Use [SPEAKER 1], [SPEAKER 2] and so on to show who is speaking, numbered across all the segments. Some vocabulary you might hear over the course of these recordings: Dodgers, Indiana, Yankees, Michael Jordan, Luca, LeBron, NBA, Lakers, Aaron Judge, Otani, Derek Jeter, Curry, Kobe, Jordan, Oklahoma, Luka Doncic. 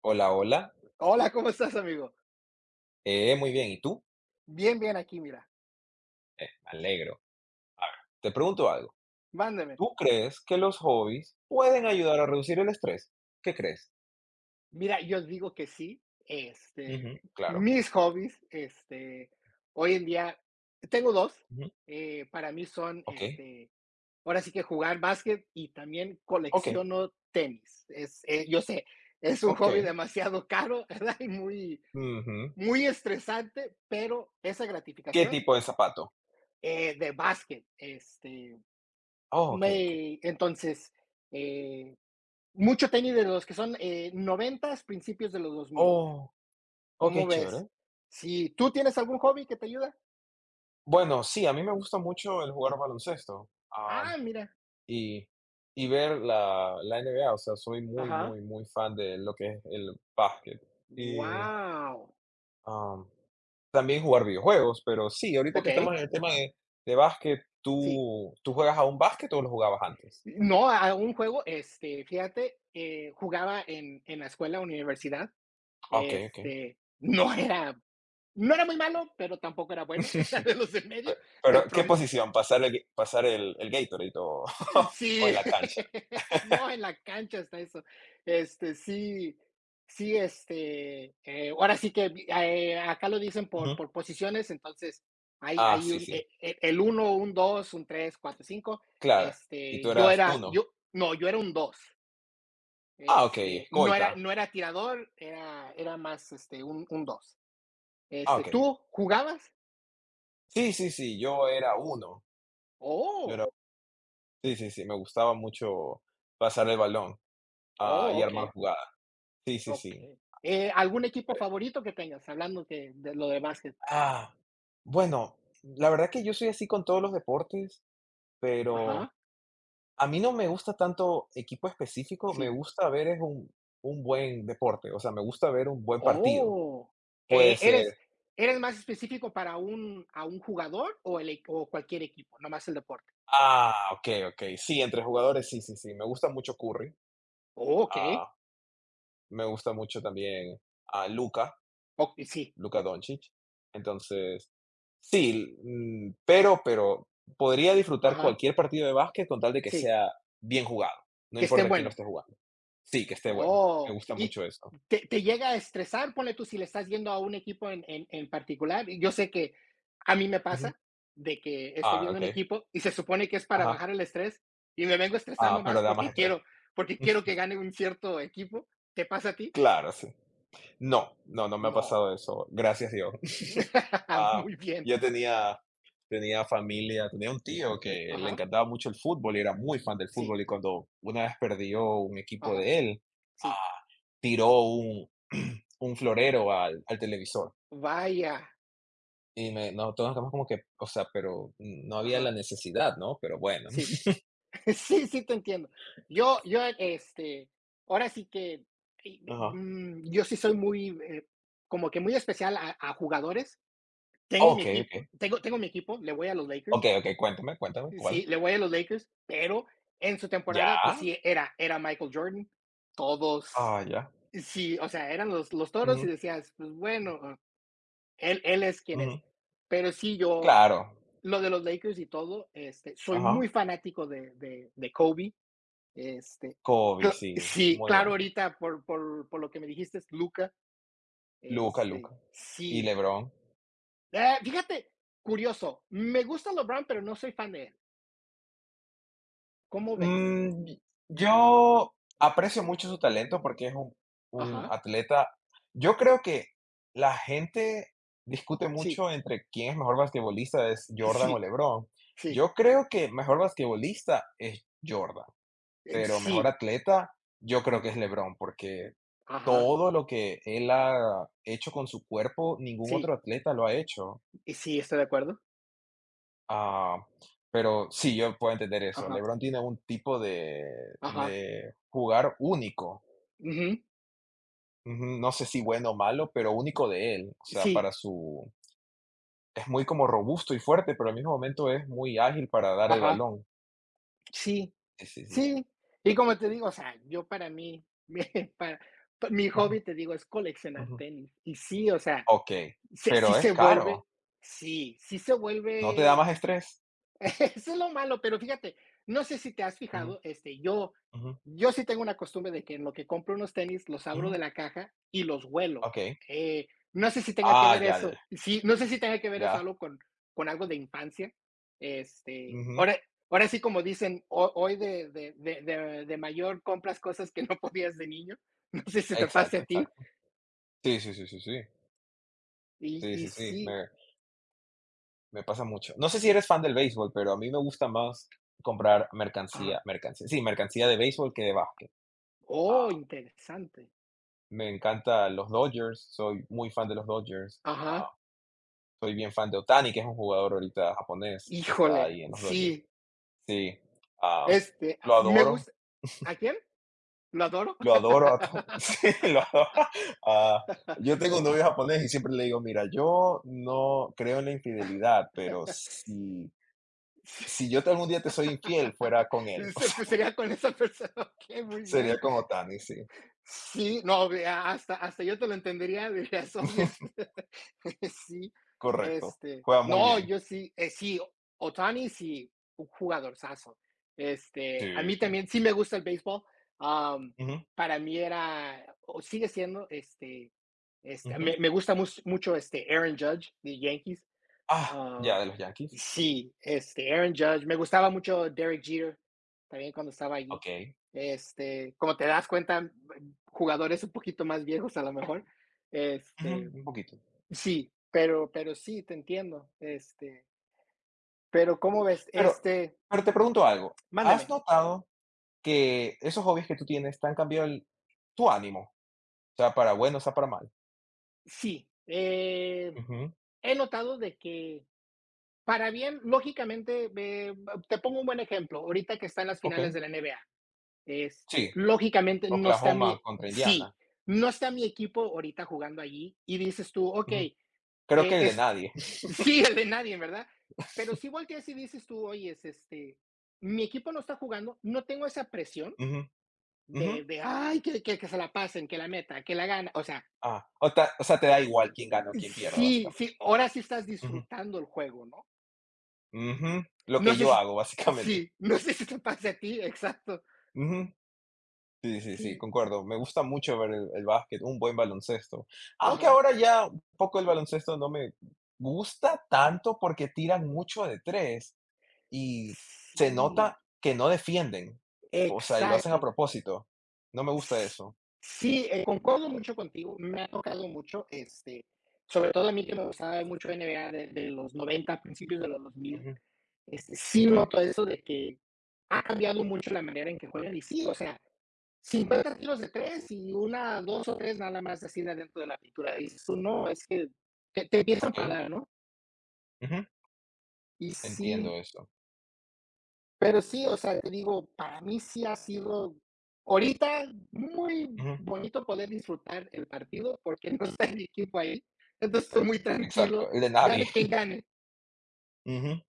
[SPEAKER 1] Hola, hola.
[SPEAKER 2] Hola, ¿cómo estás, amigo?
[SPEAKER 1] Muy bien, ¿y tú?
[SPEAKER 2] Bien, bien aquí, mira,
[SPEAKER 1] Me alegro. A ver, te pregunto algo.
[SPEAKER 2] mándame.
[SPEAKER 1] ¿Tú crees que los hobbies pueden
[SPEAKER 2] Ajá.
[SPEAKER 1] ayudar a reducir el estrés? ¿Qué crees?
[SPEAKER 2] Mira, yo digo que sí, este,
[SPEAKER 1] Ujú, claro.
[SPEAKER 2] mis hobbies, este, hoy en día tengo 2.
[SPEAKER 1] Ujú,
[SPEAKER 2] Para mí son,
[SPEAKER 1] ok,
[SPEAKER 2] este, ahora sí que jugar básquet y también
[SPEAKER 1] ok,
[SPEAKER 2] colecciono tenis. Es, yo sé, es un
[SPEAKER 1] ok.
[SPEAKER 2] hobby demasiado caro, ¿verdad? Y muy,
[SPEAKER 1] Ujú.
[SPEAKER 2] muy estresante, pero esa
[SPEAKER 1] ¿Qué
[SPEAKER 2] gratificación
[SPEAKER 1] tipo de zapato?
[SPEAKER 2] de básquet, este,
[SPEAKER 1] Oh, ok, ok.
[SPEAKER 2] me, entonces, eh, mucho tenis de los que son, 90 principios de los 2000.
[SPEAKER 1] Oh,
[SPEAKER 2] ¿Cómo
[SPEAKER 1] ok,
[SPEAKER 2] ves?
[SPEAKER 1] chévere.
[SPEAKER 2] Si ¿tú tienes algún hobby que te ayuda?
[SPEAKER 1] Bueno, sí, a mí me gusta mucho el jugar baloncesto,
[SPEAKER 2] Ah, mira.
[SPEAKER 1] y, y ver la NBA. O sea, soy muy,
[SPEAKER 2] Ajá.
[SPEAKER 1] muy, muy fan de lo que es el básquet. Y,
[SPEAKER 2] Wow.
[SPEAKER 1] am, también jugar videojuegos, pero sí, ahorita que estamos
[SPEAKER 2] Okey,
[SPEAKER 1] en el tema de básquet,
[SPEAKER 2] sí.
[SPEAKER 1] ¿tú juegas a un básquet o lo jugabas antes?
[SPEAKER 2] No, a un juego, este, fíjate, jugaba en la escuela, universidad,
[SPEAKER 1] Ah, okey, okey.
[SPEAKER 2] este, no era muy malo, pero tampoco era bueno, era de los de
[SPEAKER 1] Pe
[SPEAKER 2] medio, el
[SPEAKER 1] Pero, ¿qué
[SPEAKER 2] prom.
[SPEAKER 1] posición? ¿Pasar el ga pasar el Gatorade o o
[SPEAKER 2] Sí,
[SPEAKER 1] en la cancha?
[SPEAKER 2] no, en la cancha está eso. Este, sí, sí, este, ahora sí que acá lo dicen por,
[SPEAKER 1] Ujú.
[SPEAKER 2] por posiciones, entonces
[SPEAKER 1] Ah,
[SPEAKER 2] hay
[SPEAKER 1] sí,
[SPEAKER 2] un,
[SPEAKER 1] sí,
[SPEAKER 2] el uno un 2 un 3 4 cinco.
[SPEAKER 1] claro. ¿Y
[SPEAKER 2] Este,
[SPEAKER 1] tú eras uno?
[SPEAKER 2] yo era un dos.
[SPEAKER 1] Ah, okey,
[SPEAKER 2] Este,
[SPEAKER 1] escolta.
[SPEAKER 2] no era tirador, era más, este, un dos.
[SPEAKER 1] Ah,
[SPEAKER 2] Este,
[SPEAKER 1] okey.
[SPEAKER 2] ¿tú jugabas?
[SPEAKER 1] Sí, sí, sí, yo era uno, yo era,
[SPEAKER 2] Oh,
[SPEAKER 1] sí, sí, sí, me gustaba mucho pasar el balón, ah,
[SPEAKER 2] oh,
[SPEAKER 1] y
[SPEAKER 2] ok,
[SPEAKER 1] armar jugadas. Sí, sí,
[SPEAKER 2] ok.
[SPEAKER 1] sí.
[SPEAKER 2] ¿Algún equipo favorito que tengas? Hablando que de lo demás.
[SPEAKER 1] Ah, bueno, la verdad que yo soy así con todos los deportes, pero
[SPEAKER 2] Ajá,
[SPEAKER 1] a mí no me gusta tanto equipo específico, me
[SPEAKER 2] sí.
[SPEAKER 1] gusta ver es un buen deporte, o sea, me gusta ver un buen partido.
[SPEAKER 2] Oh,
[SPEAKER 1] Puede
[SPEAKER 2] eh,
[SPEAKER 1] ser,
[SPEAKER 2] ¿eres eres más específico para un a un jugador o el o cualquier equipo, nomás el deporte?
[SPEAKER 1] ah, ok, ok, sí, entre jugadores, sí, sí, sí, me gusta mucho Curry,
[SPEAKER 2] Oh, okey.
[SPEAKER 1] ah, me gusta mucho también a Luka,
[SPEAKER 2] Oh, sí,
[SPEAKER 1] Luka Doncic, entonces sí, pero podría disfrutar
[SPEAKER 2] ajá,
[SPEAKER 1] cualquier partido de básquet con tal de que
[SPEAKER 2] sí,
[SPEAKER 1] sea bien jugado, no
[SPEAKER 2] que esté
[SPEAKER 1] importa quién lo
[SPEAKER 2] bueno.
[SPEAKER 1] esté jugando. Sí, que esté bueno, me
[SPEAKER 2] Oh,
[SPEAKER 1] gusta
[SPEAKER 2] ¿y
[SPEAKER 1] mucho eso.
[SPEAKER 2] te llega a estresar? Ponle tú, si le estás yendo a un equipo en particular. Y yo sé que a mí me
[SPEAKER 1] Ujú.
[SPEAKER 2] pasa de que estoy
[SPEAKER 1] Ah,
[SPEAKER 2] viendo un
[SPEAKER 1] okey.
[SPEAKER 2] equipo y se supone que es para
[SPEAKER 1] Ajá.
[SPEAKER 2] bajar el estrés y me vengo estresando
[SPEAKER 1] Ah,
[SPEAKER 2] más
[SPEAKER 1] pero da más estrés.
[SPEAKER 2] porque quiero que gane un cierto equipo. ¿Te pasa a ti?
[SPEAKER 1] Claro, sí. No, no, no me ha
[SPEAKER 2] No.
[SPEAKER 1] pasado eso, gracias Dios. Ah,
[SPEAKER 2] Muy bien.
[SPEAKER 1] yo tenía tenía familia, tenía un tío que le
[SPEAKER 2] Ajá,
[SPEAKER 1] encantaba mucho el fútbol y era muy fan del
[SPEAKER 2] sí,
[SPEAKER 1] fútbol, y cuando una vez perdió un equipo
[SPEAKER 2] ajá,
[SPEAKER 1] de él,
[SPEAKER 2] sí.
[SPEAKER 1] ah, tiró un un florero al televisor.
[SPEAKER 2] Vaya,
[SPEAKER 1] Y me nosotros nos quedamos como que, o sea, pero no había la
[SPEAKER 2] ajá,
[SPEAKER 1] necesidad, ¿no? Pero bueno.
[SPEAKER 2] sí. Sí, sí te entiendo. Yo, este, ahora sí que, y
[SPEAKER 1] Ajá.
[SPEAKER 2] yo sí soy muy, como que muy especial a jugadores. Tengo mi
[SPEAKER 1] Okey,
[SPEAKER 2] equipo,
[SPEAKER 1] okey.
[SPEAKER 2] tengo mi equipo, le voy a los Lakers.
[SPEAKER 1] Okey, okey, cuéntame, cuéntame, ¿cuál?
[SPEAKER 2] Sí, le voy a los Lakers, pero en su
[SPEAKER 1] Ya.
[SPEAKER 2] temporada, pues sí, era Michael Jordan. Todos
[SPEAKER 1] Ah, ya.
[SPEAKER 2] sí, o sea, eran los toros y
[SPEAKER 1] Ujú,
[SPEAKER 2] decías: "Pues bueno". Él es quien es.
[SPEAKER 1] ujú.
[SPEAKER 2] Pero sí, yo,
[SPEAKER 1] Claro.
[SPEAKER 2] lo de los Lakers y todo, este, soy muy
[SPEAKER 1] Ajá.
[SPEAKER 2] fanático de Kobe. Este,
[SPEAKER 1] Kobe, sí,
[SPEAKER 2] sí,
[SPEAKER 1] muy
[SPEAKER 2] claro,
[SPEAKER 1] bueno.
[SPEAKER 2] ahorita por lo que me dijiste, Luca,
[SPEAKER 1] Luca,
[SPEAKER 2] este,
[SPEAKER 1] Luca y
[SPEAKER 2] sí.
[SPEAKER 1] LeBron.
[SPEAKER 2] Fíjate, curioso, me gusta LeBron, pero no soy fan de él. ¿Cómo ves?
[SPEAKER 1] Mm, yo aprecio mucho su talento porque es un
[SPEAKER 2] Ajá,
[SPEAKER 1] atleta. Yo creo que la gente discute
[SPEAKER 2] sí,
[SPEAKER 1] mucho entre quién es mejor basquetbolista, es
[SPEAKER 2] y
[SPEAKER 1] Jordan o
[SPEAKER 2] sí,
[SPEAKER 1] LeBron.
[SPEAKER 2] sí,
[SPEAKER 1] Yo creo que mejor basquetbolista es Jordan, pero mejor
[SPEAKER 2] sí,
[SPEAKER 1] atleta yo creo que es LeBron porque
[SPEAKER 2] ajá,
[SPEAKER 1] todo lo que él ha hecho con su cuerpo, ningún
[SPEAKER 2] sí,
[SPEAKER 1] otro atleta lo ha hecho.
[SPEAKER 2] y sí, estoy de acuerdo.
[SPEAKER 1] Ah, pero sí, yo puedo entender eso.
[SPEAKER 2] Ajá,
[SPEAKER 1] LeBron tiene un tipo
[SPEAKER 2] ajá,
[SPEAKER 1] de jugar único.
[SPEAKER 2] ujú,
[SPEAKER 1] Ujú, no sé si bueno o malo, pero único de él. O sea,
[SPEAKER 2] sí,
[SPEAKER 1] para su es muy como robusto y fuerte, pero al mismo momento es muy ágil para dar el
[SPEAKER 2] ajá,
[SPEAKER 1] balón.
[SPEAKER 2] sí.
[SPEAKER 1] Sí, sí, sí.
[SPEAKER 2] Sí, y como te digo, o sea, yo para mí, mi para mi
[SPEAKER 1] Ujú,
[SPEAKER 2] hobby, te digo, es coleccionar
[SPEAKER 1] ujú.
[SPEAKER 2] tenis. Y sí, o sea,
[SPEAKER 1] Okey,
[SPEAKER 2] ¿se sí
[SPEAKER 1] pero es
[SPEAKER 2] se
[SPEAKER 1] caro,
[SPEAKER 2] vuelve? Sí, sí se
[SPEAKER 1] ¿no te da
[SPEAKER 2] vuelve.
[SPEAKER 1] más estrés?
[SPEAKER 2] Eso es lo malo, pero fíjate, no sé si te has
[SPEAKER 1] Ujú,
[SPEAKER 2] fijado, este, yo,
[SPEAKER 1] ujú,
[SPEAKER 2] yo sí tengo una costumbre de que en lo que compro unos tenis los abro de
[SPEAKER 1] ujú.
[SPEAKER 2] la caja y los huelo.
[SPEAKER 1] Okey.
[SPEAKER 2] No sé si tenga que
[SPEAKER 1] Ah,
[SPEAKER 2] ver
[SPEAKER 1] ya, ya,
[SPEAKER 2] eso,
[SPEAKER 1] ya.
[SPEAKER 2] sí, no sé si tenga que ver eso
[SPEAKER 1] Ya.
[SPEAKER 2] algo con algo de infancia. Este,
[SPEAKER 1] Ujú.
[SPEAKER 2] ahora sí, como dicen, hoy de mayor compras cosas que no podías de niño. No sé si te pase a
[SPEAKER 1] Exacto,
[SPEAKER 2] ti.
[SPEAKER 1] exacto. Sí, sí, sí, sí, sí. Sí,
[SPEAKER 2] Y
[SPEAKER 1] sí, sí,
[SPEAKER 2] sí,
[SPEAKER 1] me pasa mucho. No sé si eres fan del béisbol, pero a mí me gusta más comprar
[SPEAKER 2] ajá.
[SPEAKER 1] mercancía, mercancía, sí, mercancía de béisbol que de básquet. Ah,
[SPEAKER 2] Oh, interesante.
[SPEAKER 1] me encantan los Dodgers, soy muy fan de los Dodgers. Ah,
[SPEAKER 2] Ajá.
[SPEAKER 1] soy bien fan de Otani, que es un jugador ahorita japonés que está
[SPEAKER 2] Híjole,
[SPEAKER 1] ahí en los Dodgers.
[SPEAKER 2] sí.
[SPEAKER 1] Sí, ah,
[SPEAKER 2] Este,
[SPEAKER 1] lo
[SPEAKER 2] me
[SPEAKER 1] adoro,
[SPEAKER 2] gusta. ¿A quién? Lo adoro.
[SPEAKER 1] lo adoro. Sí, lo adoro. Ah, yo tengo un novio japonés y siempre le digo, mira, yo no creo en la infidelidad, pero si,
[SPEAKER 2] Sí.
[SPEAKER 1] algún día te soy infiel, fuera con él.
[SPEAKER 2] Pues, sería con esa persona, okey, muy bien.
[SPEAKER 1] Sería como Tani, sí,
[SPEAKER 2] Sí, no, ve, hasta yo te lo entendería, dirías: "Oye, este". Sí,
[SPEAKER 1] correcto.
[SPEAKER 2] este,
[SPEAKER 1] Juega muy
[SPEAKER 2] no,
[SPEAKER 1] bien.
[SPEAKER 2] yo sí, sí, Otani sí, un jugadorzazo. Este, a
[SPEAKER 1] Sí,
[SPEAKER 2] mí
[SPEAKER 1] sí.
[SPEAKER 2] también sí me gusta el béisbol, am,
[SPEAKER 1] Ujú,
[SPEAKER 2] para mí era o sigue siendo, este,
[SPEAKER 1] ujú.
[SPEAKER 2] me gusta mus mucho, este, Aaron Judge de Yankees.
[SPEAKER 1] Ah,
[SPEAKER 2] Ah,
[SPEAKER 1] ya de los Yankees.
[SPEAKER 2] sí, este, Aaron Judge, me gustaba mucho Derek Jeter, también cuando estaba allí.
[SPEAKER 1] Okey.
[SPEAKER 2] Este, como te das cuenta, jugadores un poquito más viejos a lo mejor.
[SPEAKER 1] Ujú,
[SPEAKER 2] Este,
[SPEAKER 1] un poquito.
[SPEAKER 2] sí, pero sí, te entiendo. Este, pero ¿cómo ves?
[SPEAKER 1] Pero
[SPEAKER 2] Este,
[SPEAKER 1] pero te pregunto algo, ¿has
[SPEAKER 2] mándame.
[SPEAKER 1] notado que esos hobbies que tú tienes te han cambiado el tu ánimo? O sea, para bueno, o sea, para mal.
[SPEAKER 2] Sí,
[SPEAKER 1] Ujú,
[SPEAKER 2] he notado de que para bien, lógicamente, te pongo un buen ejemplo. Ahorita que están las finales
[SPEAKER 1] okey.
[SPEAKER 2] de la NBA.
[SPEAKER 1] Sí,
[SPEAKER 2] Este, lógicamente no está
[SPEAKER 1] Oklahoma
[SPEAKER 2] mi
[SPEAKER 1] contra
[SPEAKER 2] sí,
[SPEAKER 1] Indiana.
[SPEAKER 2] no está mi equipo ahorita jugando allí y dices tú, ok,
[SPEAKER 1] Ujú. Creo que el de
[SPEAKER 2] es,
[SPEAKER 1] nadie.
[SPEAKER 2] sí, el de nadie, ¿verdad? Pero si volteas y dices tú, oye, es este, mi equipo no está jugando, no tengo esa presión
[SPEAKER 1] Ujú, ujú.
[SPEAKER 2] de ay, que se la pasen, que la meta, que la gana. O sea,
[SPEAKER 1] Ah, o sea, te da igual quién gana o quién pierda,
[SPEAKER 2] sí,
[SPEAKER 1] básicamente.
[SPEAKER 2] sí, ahora sí estás
[SPEAKER 1] Ujú,
[SPEAKER 2] disfrutando el juego, ¿no?
[SPEAKER 1] ujú. Lo
[SPEAKER 2] No
[SPEAKER 1] que
[SPEAKER 2] sé
[SPEAKER 1] yo
[SPEAKER 2] si,
[SPEAKER 1] hago,
[SPEAKER 2] sí,
[SPEAKER 1] básicamente.
[SPEAKER 2] no sé si te pasa a ti, exacto.
[SPEAKER 1] Ujú. Sí, sí, sí,
[SPEAKER 2] Sí,
[SPEAKER 1] concuerdo. Me gusta mucho ver el básquet, un buen baloncesto. Aunque
[SPEAKER 2] ajá,
[SPEAKER 1] ahora ya un poco el baloncesto no me gusta tanto porque tiran mucho de tres y se
[SPEAKER 2] sí,
[SPEAKER 1] nota que no defienden. O sea, y lo hacen a
[SPEAKER 2] exacto.
[SPEAKER 1] propósito. No me gusta eso.
[SPEAKER 2] Sí, concuerdo mucho contigo, me ha tocado mucho, este, sobre todo a mí que me gustaba ver mucho NBA de los 90, principios de los 2000,
[SPEAKER 1] Ujú,
[SPEAKER 2] este, sí
[SPEAKER 1] okey,
[SPEAKER 2] noto eso de que ha cambiado mucho la manera en que juegan y sí, o sea, 50 tiros de 3 y una, 2 o 3 nada más así de adentro de la pintura. Y dices tú: "No, es que", te empieza a
[SPEAKER 1] okey.
[SPEAKER 2] enfadar, ¿no?
[SPEAKER 1] Ujú,
[SPEAKER 2] Y sí,
[SPEAKER 1] entiendo eso.
[SPEAKER 2] pero sí, o sea, te digo, para mí sí ha sido ahorita muy
[SPEAKER 1] Ujú,
[SPEAKER 2] bonito poder disfrutar el partido porque no está mi equipo ahí. Entonces estoy muy tranquilo,
[SPEAKER 1] exacto, el de nadie.
[SPEAKER 2] gane quien gane.
[SPEAKER 1] Ujú.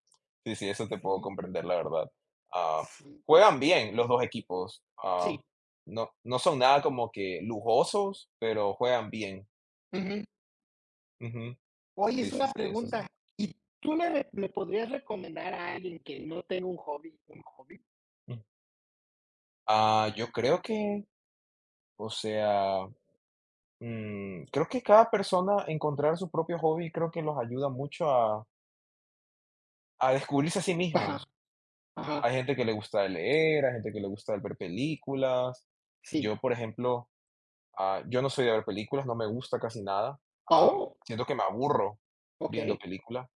[SPEAKER 1] Sí, sí, eso te puedo
[SPEAKER 2] Sí,
[SPEAKER 1] comprender, la verdad. Ah,
[SPEAKER 2] sí,
[SPEAKER 1] juegan bien los dos equipos. Ah,
[SPEAKER 2] sí.
[SPEAKER 1] no, no son nada como que lujosos, pero juegan bien.
[SPEAKER 2] Ujú.
[SPEAKER 1] Ujú.
[SPEAKER 2] Oye,
[SPEAKER 1] Sí,
[SPEAKER 2] es
[SPEAKER 1] sí,
[SPEAKER 2] una
[SPEAKER 1] sí, eso sí.
[SPEAKER 2] pregunta. ¿Y tú le, le podrías recomendar a alguien que no tenga un hobby, un hobby?
[SPEAKER 1] Mm. Ah, yo creo que, o sea, creo que cada persona encontrar su propio hobby creo que los ayuda mucho a descubrirse a sí
[SPEAKER 2] Ajá,
[SPEAKER 1] mismos.
[SPEAKER 2] ajá,
[SPEAKER 1] Hay gente que le gusta leer, hay gente que le gusta ver películas.
[SPEAKER 2] sí.
[SPEAKER 1] Yo, por ejemplo, ah, yo no soy de ver películas, no me gusta casi nada. Am,
[SPEAKER 2] Oh,
[SPEAKER 1] Siento que me aburro
[SPEAKER 2] ok.
[SPEAKER 1] viendo películas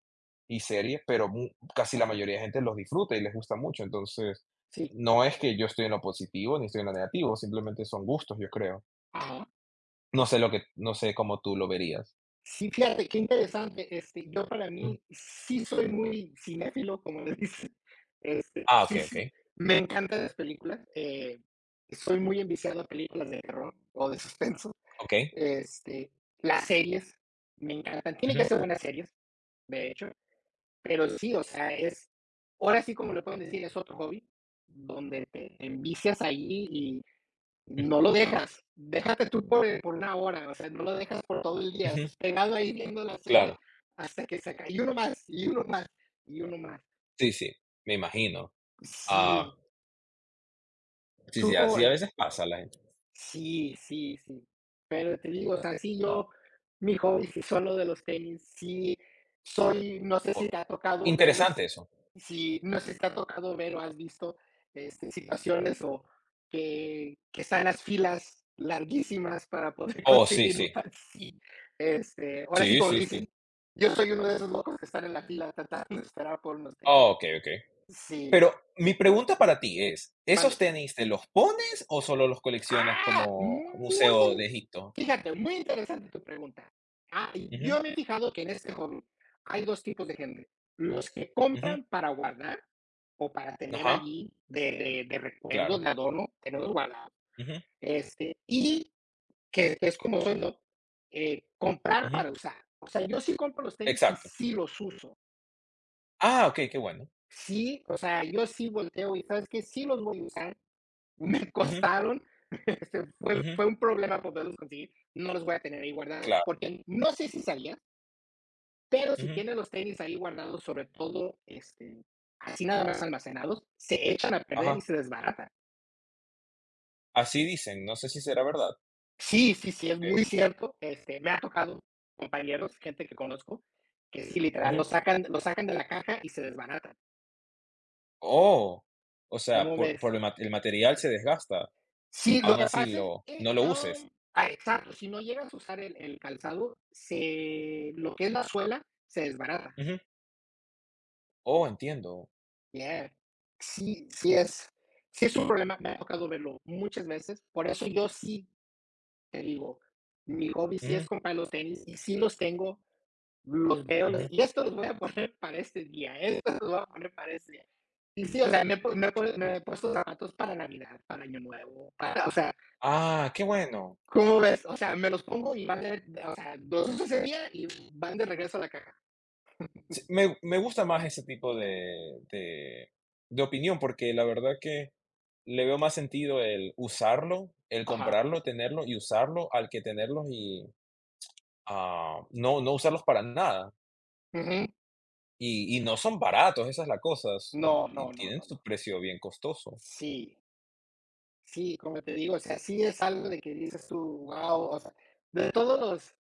[SPEAKER 1] y series, pero casi la
[SPEAKER 2] Ajá,
[SPEAKER 1] mayoría de gente los disfruta y les gusta mucho. Entonces,
[SPEAKER 2] sí.
[SPEAKER 1] no es que yo estoy en lo positivo ni estoy en lo negativo, simplemente son gustos, yo creo.
[SPEAKER 2] Ajá.
[SPEAKER 1] No sé lo que, no sé cómo tú lo verías.
[SPEAKER 2] Sí, fíjate, qué interesante. Este, yo para
[SPEAKER 1] Ujú.
[SPEAKER 2] mí sí soy muy cinéfilo, como le dicen. Este,
[SPEAKER 1] Ah, ok,
[SPEAKER 2] sí, sí,
[SPEAKER 1] ok,
[SPEAKER 2] me encantan las películas. Soy muy enviciado a películas de terror o de suspenso.
[SPEAKER 1] ok.
[SPEAKER 2] Este, las series me encantan. Tiene
[SPEAKER 1] Ujú,
[SPEAKER 2] que ser buenas series, de hecho. Pero sí, o sea, es, ahora sí como le pueden decir, es otro hobby donde te envicias ahí
[SPEAKER 1] ujú,
[SPEAKER 2] no lo dejas, déjate tú por una hora, o sea, no lo dejas por todo el día,
[SPEAKER 1] ujú,
[SPEAKER 2] estás pegado ahí viendo la serie
[SPEAKER 1] claro,
[SPEAKER 2] hasta que se acabe, y uno más, y uno más, y uno más.
[SPEAKER 1] sí, sí, me imagino. Ah,
[SPEAKER 2] Sí,
[SPEAKER 1] sí,
[SPEAKER 2] tú
[SPEAKER 1] sí,
[SPEAKER 2] como,
[SPEAKER 1] así a veces pasa la gente.
[SPEAKER 2] sí, sí, sí. Pero te digo, o sea, sí, yo, mi hobby sí son lo de los tenis, sí, soy, no sé
[SPEAKER 1] Oh,
[SPEAKER 2] si te ha tocado ver, o
[SPEAKER 1] interesante
[SPEAKER 2] si,
[SPEAKER 1] eso.
[SPEAKER 2] no sé si te ha tocado ver o has visto este, situaciones o que están las filas larguísimas para poder
[SPEAKER 1] Oh, sí,
[SPEAKER 2] conseguir un
[SPEAKER 1] sí,
[SPEAKER 2] par. Sí, este, ahora sí,
[SPEAKER 1] sí,
[SPEAKER 2] como
[SPEAKER 1] sí, sí.
[SPEAKER 2] dicen, yo soy uno de esos locos que están en la fila tratando de esperar por unos tenis.
[SPEAKER 1] Oh, ok, ok.
[SPEAKER 2] Sí,
[SPEAKER 1] Pero mi pregunta para ti es, ¿esos
[SPEAKER 2] vale.
[SPEAKER 1] tenis te los pones o solo los coleccionas
[SPEAKER 2] Ah,
[SPEAKER 1] como
[SPEAKER 2] muy,
[SPEAKER 1] museo de Egipto?
[SPEAKER 2] fíjate, muy interesante tu pregunta. Ah, y
[SPEAKER 1] Ujú,
[SPEAKER 2] yo me he fijado que en este hobby hay dos tipos de gente, los que
[SPEAKER 1] ujú,
[SPEAKER 2] compran para guardar o para tener
[SPEAKER 1] ajá,
[SPEAKER 2] allí de recuerdo,
[SPEAKER 1] claro.
[SPEAKER 2] de adorno, tenerlos guardados,
[SPEAKER 1] Ujú,
[SPEAKER 2] este, y que es como soy yo, comprar
[SPEAKER 1] ujú,
[SPEAKER 2] para usar. O sea, yo sí compro los tenis y
[SPEAKER 1] exacto.
[SPEAKER 2] sí los uso.
[SPEAKER 1] Ah, okey, qué bueno.
[SPEAKER 2] Sí, o sea, yo sí volteo y sabes que sí los voy a usar. Me
[SPEAKER 1] Ujú,
[SPEAKER 2] costaron, este,
[SPEAKER 1] ujú,
[SPEAKER 2] fue un problema poderlos conseguir, no los voy a tener ahí guardados,
[SPEAKER 1] claro.
[SPEAKER 2] porque no sé si sabías, pero si
[SPEAKER 1] Ujú,
[SPEAKER 2] tienes los tenis ahí guardados, sobre todo este, así nada más almacenados, se echan a perder y
[SPEAKER 1] ajá.
[SPEAKER 2] se desbaratan.
[SPEAKER 1] Así dicen, no sé si será verdad.
[SPEAKER 2] Sí, sí, sí, es
[SPEAKER 1] Eh,
[SPEAKER 2] muy cierto, este, me ha tocado compañeros, gente que conozco, que sí, literal,
[SPEAKER 1] Ujú.
[SPEAKER 2] lo sacan de la caja y se desbaratan.
[SPEAKER 1] Oh, o sea,
[SPEAKER 2] ¿Cómo ves?
[SPEAKER 1] por el material se desgasta,
[SPEAKER 2] Sí, lo
[SPEAKER 1] aún
[SPEAKER 2] que
[SPEAKER 1] así
[SPEAKER 2] pasa es
[SPEAKER 1] lo
[SPEAKER 2] que,
[SPEAKER 1] no lo uses.
[SPEAKER 2] exacto, si no llegas a usar el calzado, se lo que es la suela se desbarata.
[SPEAKER 1] Ujú. Oh, entiendo.
[SPEAKER 2] Yeah. Sí, sí es un problema, me ha tocado verlo muchas veces. Por eso yo sí te digo, mi hobby sí es
[SPEAKER 1] Ujú,
[SPEAKER 2] comprar los tenis y sí los tengo, los veo, los
[SPEAKER 1] ujú.
[SPEAKER 2] y estos los voy a poner para este día, estos los voy a poner para este día. Y sí, o sea,
[SPEAKER 1] Ok.
[SPEAKER 2] me he puesto zapatos para Navidad, para Año Nuevo, para, o sea,
[SPEAKER 1] Ah, qué bueno.
[SPEAKER 2] ¿cómo ves? O sea, me los pongo y van de o sea, dos uso ese día y van de regreso a la caja.
[SPEAKER 1] Sí, me gusta más ese tipo de opinión, porque la verdad que le veo más sentido el usarlo, el
[SPEAKER 2] Ajá.
[SPEAKER 1] comprarlo, tenerlo y usarlo, al que tenerlos y, ah, no no usarlos para nada.
[SPEAKER 2] Ujú.
[SPEAKER 1] Y no son baratos, esa es la cosa, s
[SPEAKER 2] No,
[SPEAKER 1] y
[SPEAKER 2] no, no,
[SPEAKER 1] tienen
[SPEAKER 2] no, no.
[SPEAKER 1] su precio bien costoso.
[SPEAKER 2] Sí, sí, como te digo, o sea, sí es algo de que dices tú, guau, o sea, de todos los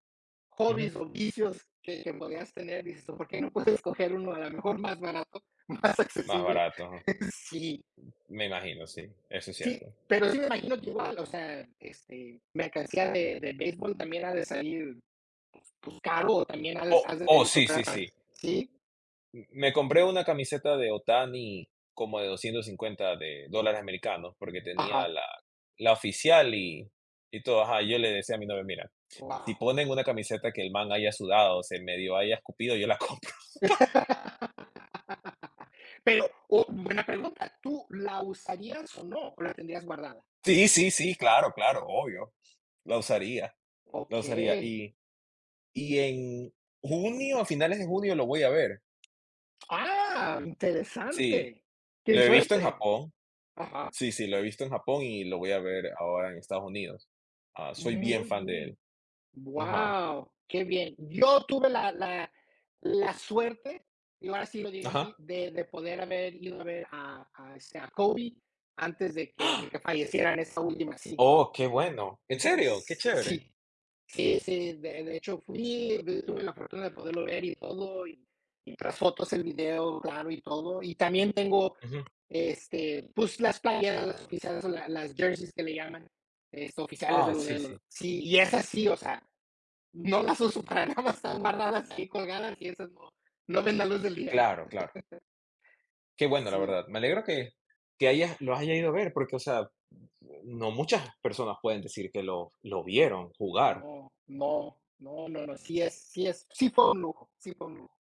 [SPEAKER 1] Ujú,
[SPEAKER 2] hobbies o vicios que podías tener, dices tú, ¿por qué no puedes escoger uno a lo mejor más barato, más
[SPEAKER 1] más
[SPEAKER 2] accesible?
[SPEAKER 1] barato, ajá.
[SPEAKER 2] Sí,
[SPEAKER 1] Me imagino, sí, eso es
[SPEAKER 2] sí,
[SPEAKER 1] cierto.
[SPEAKER 2] pero sí me imagino que igual, o sea, este, mercancía de béisbol también ha de salir, pues, caro, o también
[SPEAKER 1] Oh,
[SPEAKER 2] has de
[SPEAKER 1] oh,
[SPEAKER 2] tener tu
[SPEAKER 1] sí, sí,
[SPEAKER 2] propia,
[SPEAKER 1] sí.
[SPEAKER 2] ¿sí?
[SPEAKER 1] M Me compré una camiseta de Otani como de 250 de dólares americanos, porque tenía
[SPEAKER 2] Ajá,
[SPEAKER 1] la la oficial y todo, ajá. Yo le decía a mi novia: "Mira, si
[SPEAKER 2] wow.
[SPEAKER 1] ponen una camiseta que el man haya sudado, o se medio haya escupido, yo la compro".
[SPEAKER 2] Pero, oh, buena pregunta, ¿tú la usarías o no, o la tendrías guardada?
[SPEAKER 1] Sí, sí, sí, claro, claro, obvio. La usaría, la usaría.
[SPEAKER 2] Okey.
[SPEAKER 1] Y en junio, a finales de junio lo voy a ver.
[SPEAKER 2] Ah,
[SPEAKER 1] Sí,
[SPEAKER 2] interesante. Qué
[SPEAKER 1] lo he visto en
[SPEAKER 2] suerte.
[SPEAKER 1] Japón.
[SPEAKER 2] Ajá,
[SPEAKER 1] Sí, sí, lo he visto en Japón y lo voy a ver ahora en Estados Unidos. Ah, soy bien
[SPEAKER 2] muy
[SPEAKER 1] fan de
[SPEAKER 2] bien.
[SPEAKER 1] él. Ajá.
[SPEAKER 2] Wow. Qué bien. Yo tuve la suerte, y ahora sí lo digo así,
[SPEAKER 1] Ajá.
[SPEAKER 2] de poder haber ido a ver a, este, a Kobe antes de que
[SPEAKER 1] ¡Ah!
[SPEAKER 2] falleciera en esa última, sí.
[SPEAKER 1] Oh, qué bueno. ¿En serio? Qué chévere.
[SPEAKER 2] Sí. Sí, sí, de hecho fui, de tuve la fortuna de poderlo ver y todo, y tras fotos, el video, claro, y todo. Y también tengo,
[SPEAKER 1] Ujú.
[SPEAKER 2] este, pues, las playeras, las oficiales, o la las jerseys que le llaman, este, oficiales de
[SPEAKER 1] Ah,
[SPEAKER 2] lo de
[SPEAKER 1] sí,
[SPEAKER 2] los
[SPEAKER 1] sí.
[SPEAKER 2] sí, y esas sí, o sea, no las uso para nada más, están guardadas ahí colgadas y esas no ven la luz del día.
[SPEAKER 1] Claro, claro. Qué bueno, la
[SPEAKER 2] Sí,
[SPEAKER 1] verdad. Me alegro que hayas lo hayas ido a ver, porque, o sea, no muchas personas pueden decir que lo vieron jugar.
[SPEAKER 2] no, no, no, no, no, sí fue un lujo, sí fue un lujo.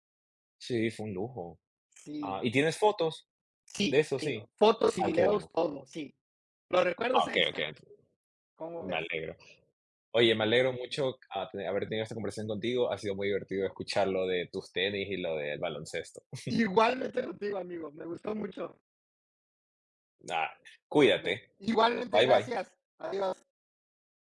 [SPEAKER 1] Sí, fue un lujo. Ah,
[SPEAKER 2] Sí,
[SPEAKER 1] ¿y tienes fotos de
[SPEAKER 2] sí,
[SPEAKER 1] eso? Sí.
[SPEAKER 2] digo, fotos y
[SPEAKER 1] Ay, qué
[SPEAKER 2] videos,
[SPEAKER 1] bueno.
[SPEAKER 2] todo, sí. Los
[SPEAKER 1] Ah,
[SPEAKER 2] recuerdos ahí
[SPEAKER 1] okey,
[SPEAKER 2] están,
[SPEAKER 1] okey,
[SPEAKER 2] ¿cómo
[SPEAKER 1] me
[SPEAKER 2] ves?
[SPEAKER 1] alegro. Oye, me
[SPEAKER 2] Igual.
[SPEAKER 1] alegro mucho a te haber tenido esta conversación contigo. Ha sido muy divertido escuchar lo de tus tenis y lo del baloncesto.
[SPEAKER 2] Igualmente contigo, amigo, me gustó mucho.
[SPEAKER 1] Ah, cuídate.
[SPEAKER 2] Igualmente,
[SPEAKER 1] Bye, bye.
[SPEAKER 2] gracias. Adiós.